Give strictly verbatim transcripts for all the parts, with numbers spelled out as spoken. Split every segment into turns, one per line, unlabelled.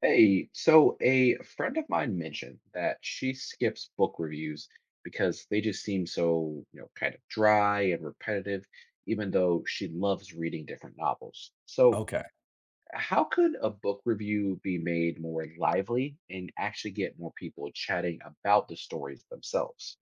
Hey, so a friend of mine mentioned that she skips book reviews because they just seem so, you know, kind of dry and repetitive, even though she loves reading different novels. So,
Okay.
how could a book review be made more lively and actually get more people chatting about the stories themselves?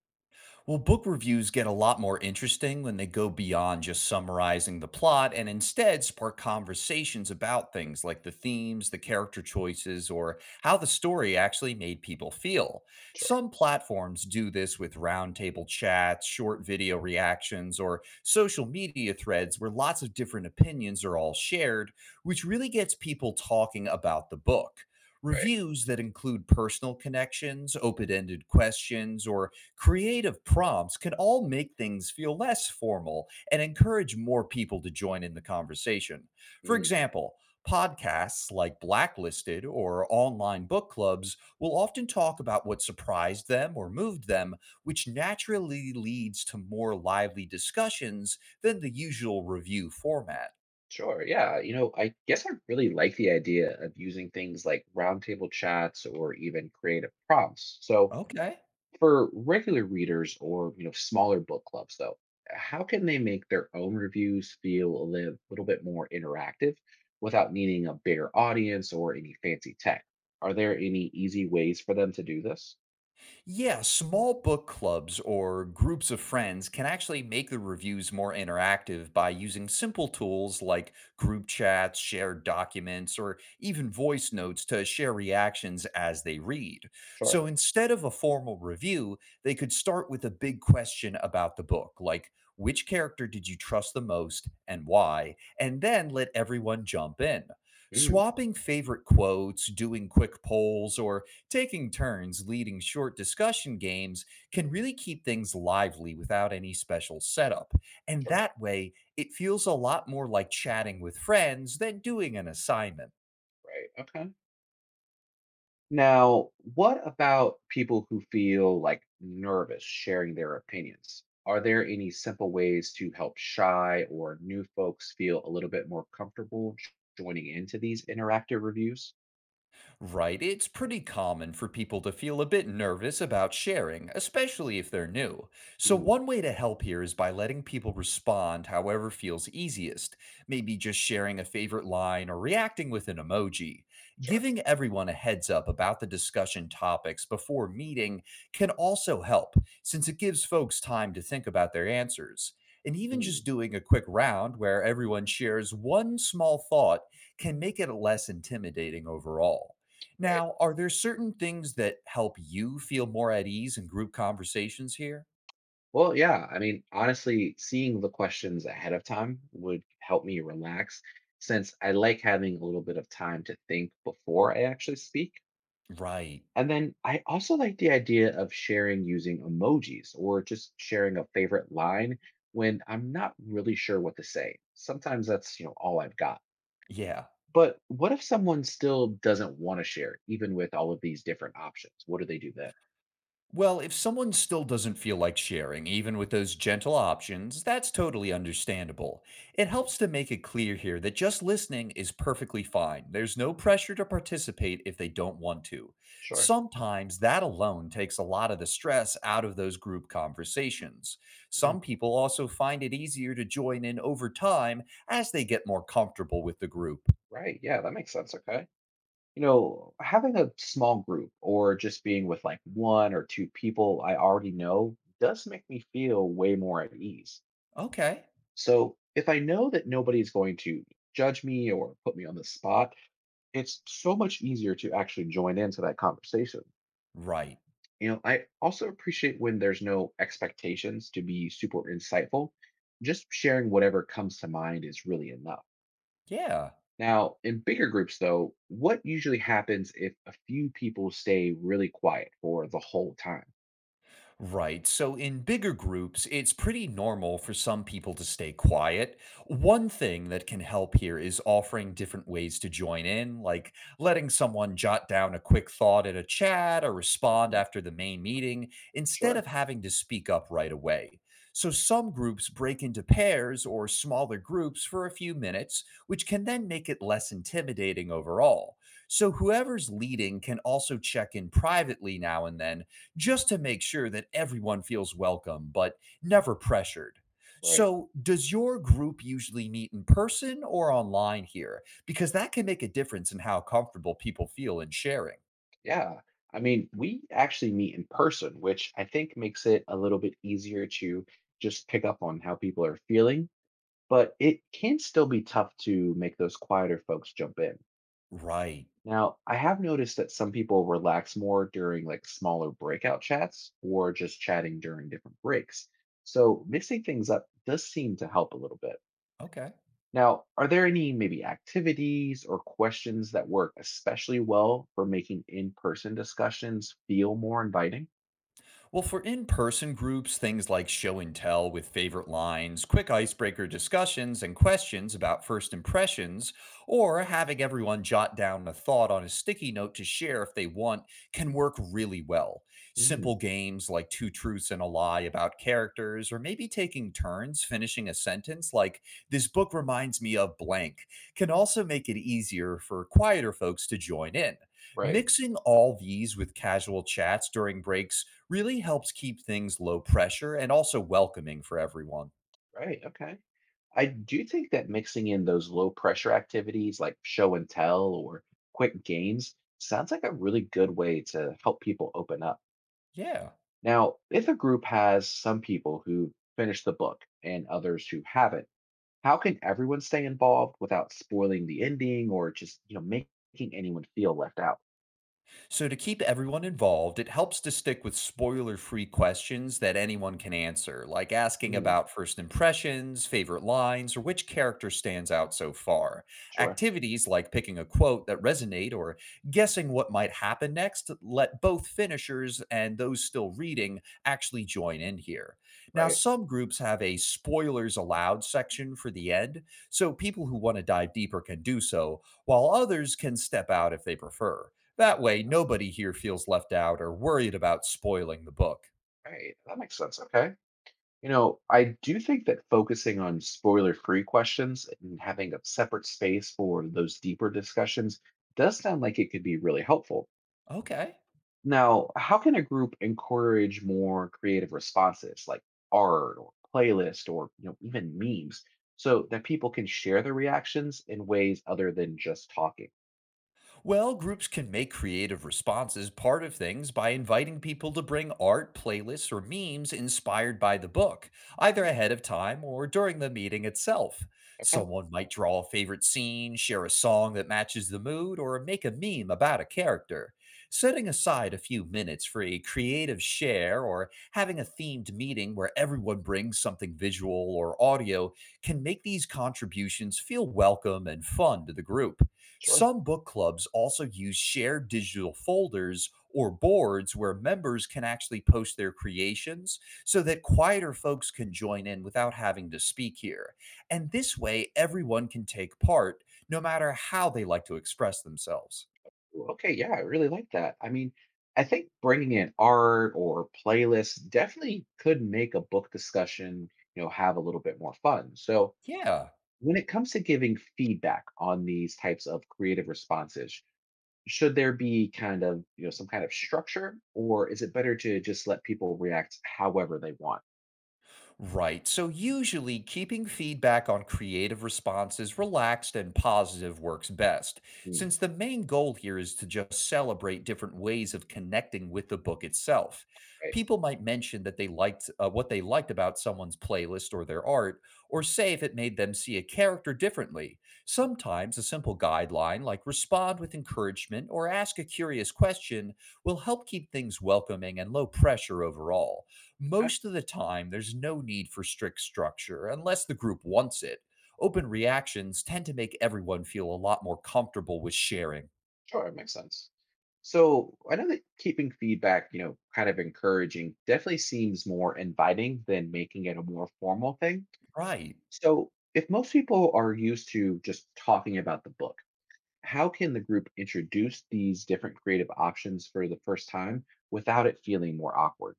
Well, book reviews get a lot more interesting when they go beyond just summarizing the plot and instead spark conversations about things like the themes, the character choices, or how the story actually made people feel.
Sure,
Some platforms do this with roundtable chats, short video reactions, or social media threads where lots of different opinions are all shared, which really gets people talking about the book.
right.
Reviews that include personal connections, open ended questions, or creative prompts can all make things feel less formal and encourage more people to join in the conversation. For
Mm,
example, podcasts like Blacklisted or online book clubs will often talk about what surprised them or moved them, which naturally leads to more lively discussions than the usual review format.
sure, yeah. You know, I guess I really like the idea of using things like roundtable chats or even creative prompts. So,
Okay.
for regular readers or you know smaller book clubs, though, how can they make their own reviews feel a li- little bit more interactive without needing a bigger audience or any fancy tech? Are there any easy ways for them to do this?
Yeah, small book clubs or groups of friends can actually make the reviews more interactive by using simple tools like group chats, shared documents, or even voice notes to share reactions as they read.
Sure.
So instead of a formal review, they could start with a big question about the book, like which character did you trust the most and why, and then let everyone jump in.
Mm,
Swapping favorite quotes, doing quick polls, or taking turns leading short discussion games can really keep things lively without any special setup. And
sure.
that way, it feels a lot more like chatting with friends than doing an assignment.
Right. Okay. Now, what about people who feel like nervous sharing their opinions? Are there any simple ways to help shy or new folks feel a little bit more comfortable j- joining into these interactive reviews?
Right, it's pretty common for people to feel a bit nervous about sharing, especially if they're new. So,
Mm,
one way to help here is by letting people respond however feels easiest, maybe just sharing a favorite line or reacting with an emoji.
sorry.
Giving everyone a heads up about the discussion topics before meeting can also help, since it gives folks time to think about their answers. And even
Mm,
just doing a quick round where everyone shares one small thought can make it less intimidating overall.
right.
Now, are there certain things that help you feel more at ease in group conversations here?
Well, yeah. I mean, honestly, seeing the questions ahead of time would help me relax since I like having a little bit of time to think before I actually speak.
Right.
And then I also like the idea of sharing using emojis or just sharing a favorite line when I'm not really sure what to say. Sometimes that's, you know, all I've got.
Yeah.
But what if someone still doesn't want to share, even with all of these different options? What do they do then?
Well, if someone still doesn't feel like sharing, even with those gentle options, that's totally understandable. It helps to make it clear here that just listening is perfectly fine. There's no
Yeah,
pressure to participate if they don't want to.
sure.
Sometimes that alone takes a lot of the stress out of those group conversations. Some
Mm.
people also find it easier to join in over time as they get more comfortable with the group.
Right. Yeah, that makes sense. Okay. You know, having a small group or just being with like one or two people I already know does make me feel way more at ease.
Okay,
So if I know that nobody's going to judge me or put me on the spot, it's so much easier to actually join into that conversation.
right.
You know, I also appreciate when there's no expectations to be super insightful. Just sharing whatever comes to mind is really enough.
Yeah.
Now, in bigger groups, though, what usually happens if a few people stay really quiet for the whole time?
Right. So in bigger groups, it's pretty normal for some people to stay quiet. One thing that can help here is offering different ways to join in, like letting someone jot down a quick thought in a chat or respond
Mm,
after the main meeting instead
sure.
of having to speak up right away. So some groups break into pairs or smaller groups for a few minutes, which can then make it less intimidating overall. So whoever's leading can also check in privately now and then just to make sure that everyone feels welcome, but never pressured.
Right.
So, does your group usually meet in person or online here? Because that can make a difference in how comfortable people feel in sharing.
Yeah. I mean, we actually meet in person, which I think makes it a little bit easier to just pick up on how people are feeling, but it can still be tough to make those quieter folks jump in.
Right.
Now, I have noticed that some people relax more during like smaller breakout chats or just chatting during different breaks. So mixing things up does seem to help a little bit.
Okay.
Now, are there any maybe activities or questions that work especially well for making in person discussions feel more inviting?
Well, for in person groups, things like show and tell with favorite lines, quick icebreaker discussions, and questions about first impressions, or having everyone jot down a thought on a sticky note to share if they want, can work really well.
Mm,
Simple games like Two Truths and a Lie about characters, or maybe taking turns finishing a sentence like, this book reminds me of blank, can also make it easier for quieter folks to join in.
right,
Mixing all these with casual chats during breaks really helps keep things low pressure and also welcoming for everyone.
right. Okay. I do think that mixing in those low pressure activities like show and tell or quick games sounds like a really good way to help people open up.
Yeah.
Now, if a group has some people who finish the book and others who haven't, how can everyone stay involved without spoiling the ending or just, you know, making anyone feel left out?
So, to keep everyone involved, it helps to stick with spoiler free questions that anyone can answer, like asking
Mm,
about first impressions, favorite lines, or which character stands out so far.
sure.
Activities like picking a quote that resonate or guessing what might happen next let both finishers and those still reading actually join in here. Now,
Right.
some groups have a spoilers allowed section for the end, so people who want to dive deeper can do so, while others can step out if they prefer. That way, nobody here feels left out or worried about spoiling the book.
Right. That makes sense. Okay. You know, I do think that focusing on spoiler-free questions and having a separate space for those deeper discussions does sound like it could be really helpful.
Okay.
Now, how can a group encourage more creative responses like art or playlist or you know even memes so that people can share their reactions in ways other than just talking?
Well, groups can make creative responses part of things by inviting people to bring art, playlists, or memes inspired by the book, either
Mm,
ahead of time or during the meeting itself.
okay,
Someone might draw a favorite scene, share a song that matches the mood, or make a meme about a character. Setting aside a few minutes for a creative share or having a themed meeting where everyone brings something visual or audio can make these contributions feel welcome and fun to the group.
sure.
Some book clubs also use shared digital folders or boards where members can actually post their creations so that quieter folks can join in without having to speak here. And this way, everyone can take part no matter how they like to express themselves.
Ooh, okay, yeah, I really like that. I mean, I think bringing in art or playlists definitely could make a book discussion, you know, have a little bit more fun. So,
Yeah.
when it comes to giving feedback on these types of creative responses, should there be kind of you know some kind of structure, or is it better to just let people react however they want?
Right. So, usually, keeping feedback on creative responses relaxed and positive works best,
Hmm,
since the main goal here is to just celebrate different ways of connecting with the book itself.
right.
People might mention that they liked uh, what they liked about someone's playlist or their art, or say if it made them see a character differently. Sometimes a simple guideline, like respond with encouragement or ask a curious question, will help keep things welcoming and low pressure overall.
Okay.
Most of the time, there's no need for strict structure unless the group wants it. Open reactions tend to make everyone feel a lot more comfortable with sharing.
Sure, makes sense. So I know that keeping feedback you know kind of encouraging definitely seems more inviting than making it a more formal thing.
Right.
So if most people are used to just talking about the book, how can the group introduce these different creative options for the first time without it feeling more awkward?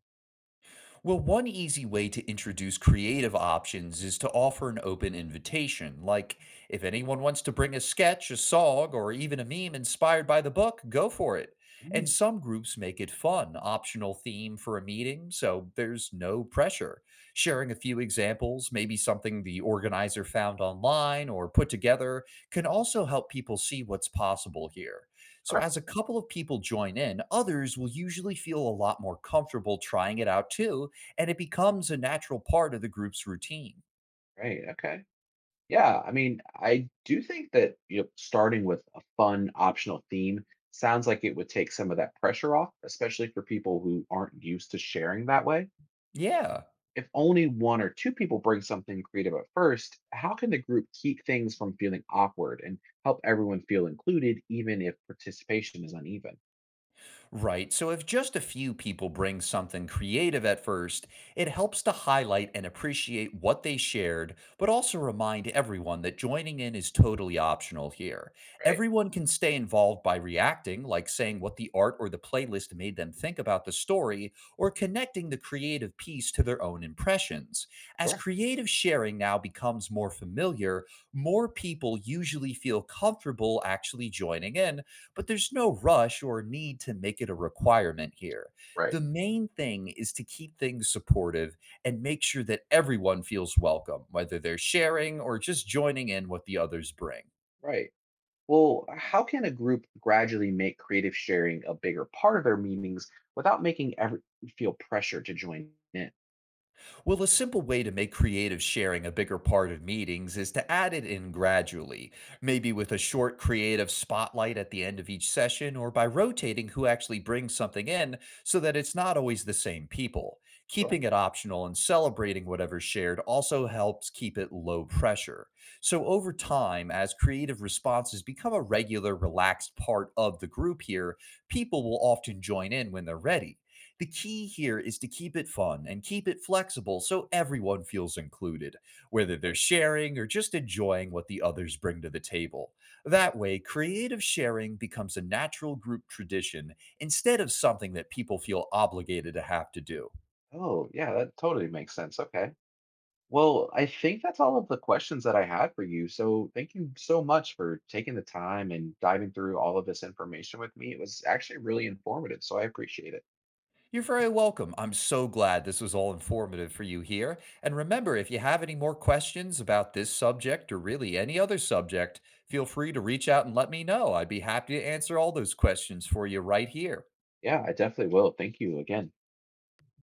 Well, one easy way to introduce creative options is to offer an open invitation. Like, if anyone wants to bring a sketch, a song, or even a meme inspired by the book, go for it.
Hmm,
And some groups make it fun, optional theme for a meeting, so there's no pressure. Sharing a few examples, maybe something the organizer found online or put together, can also help people see what's possible here. So,
sure.
as a couple of people join in, others will usually feel a lot more comfortable trying it out too and it becomes a natural part of the group's routine.
Right. Okay. Yeah, I mean, I do think that you know, starting with a fun optional theme sounds like it would take some of that pressure off, especially for people who aren't used to sharing that way.
Yeah.
If only one or two people bring something creative at first, how can the group keep things from feeling awkward and help everyone feel included, even if participation is uneven?
Right. So if just a few people bring something creative at first, it helps to highlight and appreciate what they shared, but also remind everyone that joining in is totally optional here.
Right.
Everyone can stay involved by reacting, like saying what the art or the playlist made them think about the story, or connecting the creative piece to their own impressions. As
Sure.
creative sharing now becomes more familiar, more people usually feel comfortable actually joining in but there's no rush or need to make it a requirement here.
Right.
The main thing is to keep things supportive and make sure that everyone feels welcome, whether they're sharing or just joining in what the others bring.
Right. Well, how can a group gradually make creative sharing a bigger part of their meetings without making everyone feel pressure to join in?
Well, a simple way to make creative sharing a bigger part of meetings is to add it in gradually, maybe with a short creative spotlight at the end of each session or by rotating who actually brings something in so that it's not always the same people.
Sure.
Keeping it optional and celebrating whatever's shared also helps keep it low pressure. So, over time, as creative responses become a regular, relaxed part of the group here, people will often join in when they're ready. The key here is to keep it fun and keep it flexible so everyone feels included, whether they're
Right.
sharing or just enjoying what the others bring to the table. That way, creative sharing becomes a natural group tradition instead of something that people feel obligated to have to do.
Oh, yeah, that totally makes sense. Okay. Well, I think that's all of the questions that I had for you. So thank you so much for taking the time and diving through all of this information with me. It was actually really informative. So I appreciate it.
You're very welcome. I'm so glad this was all informative for you here. And remember, if you have any more questions about this subject or really any other subject, feel free to reach out and let me know. I'd be happy to answer all those questions for you right here.
Yeah, I definitely will. Thank you again.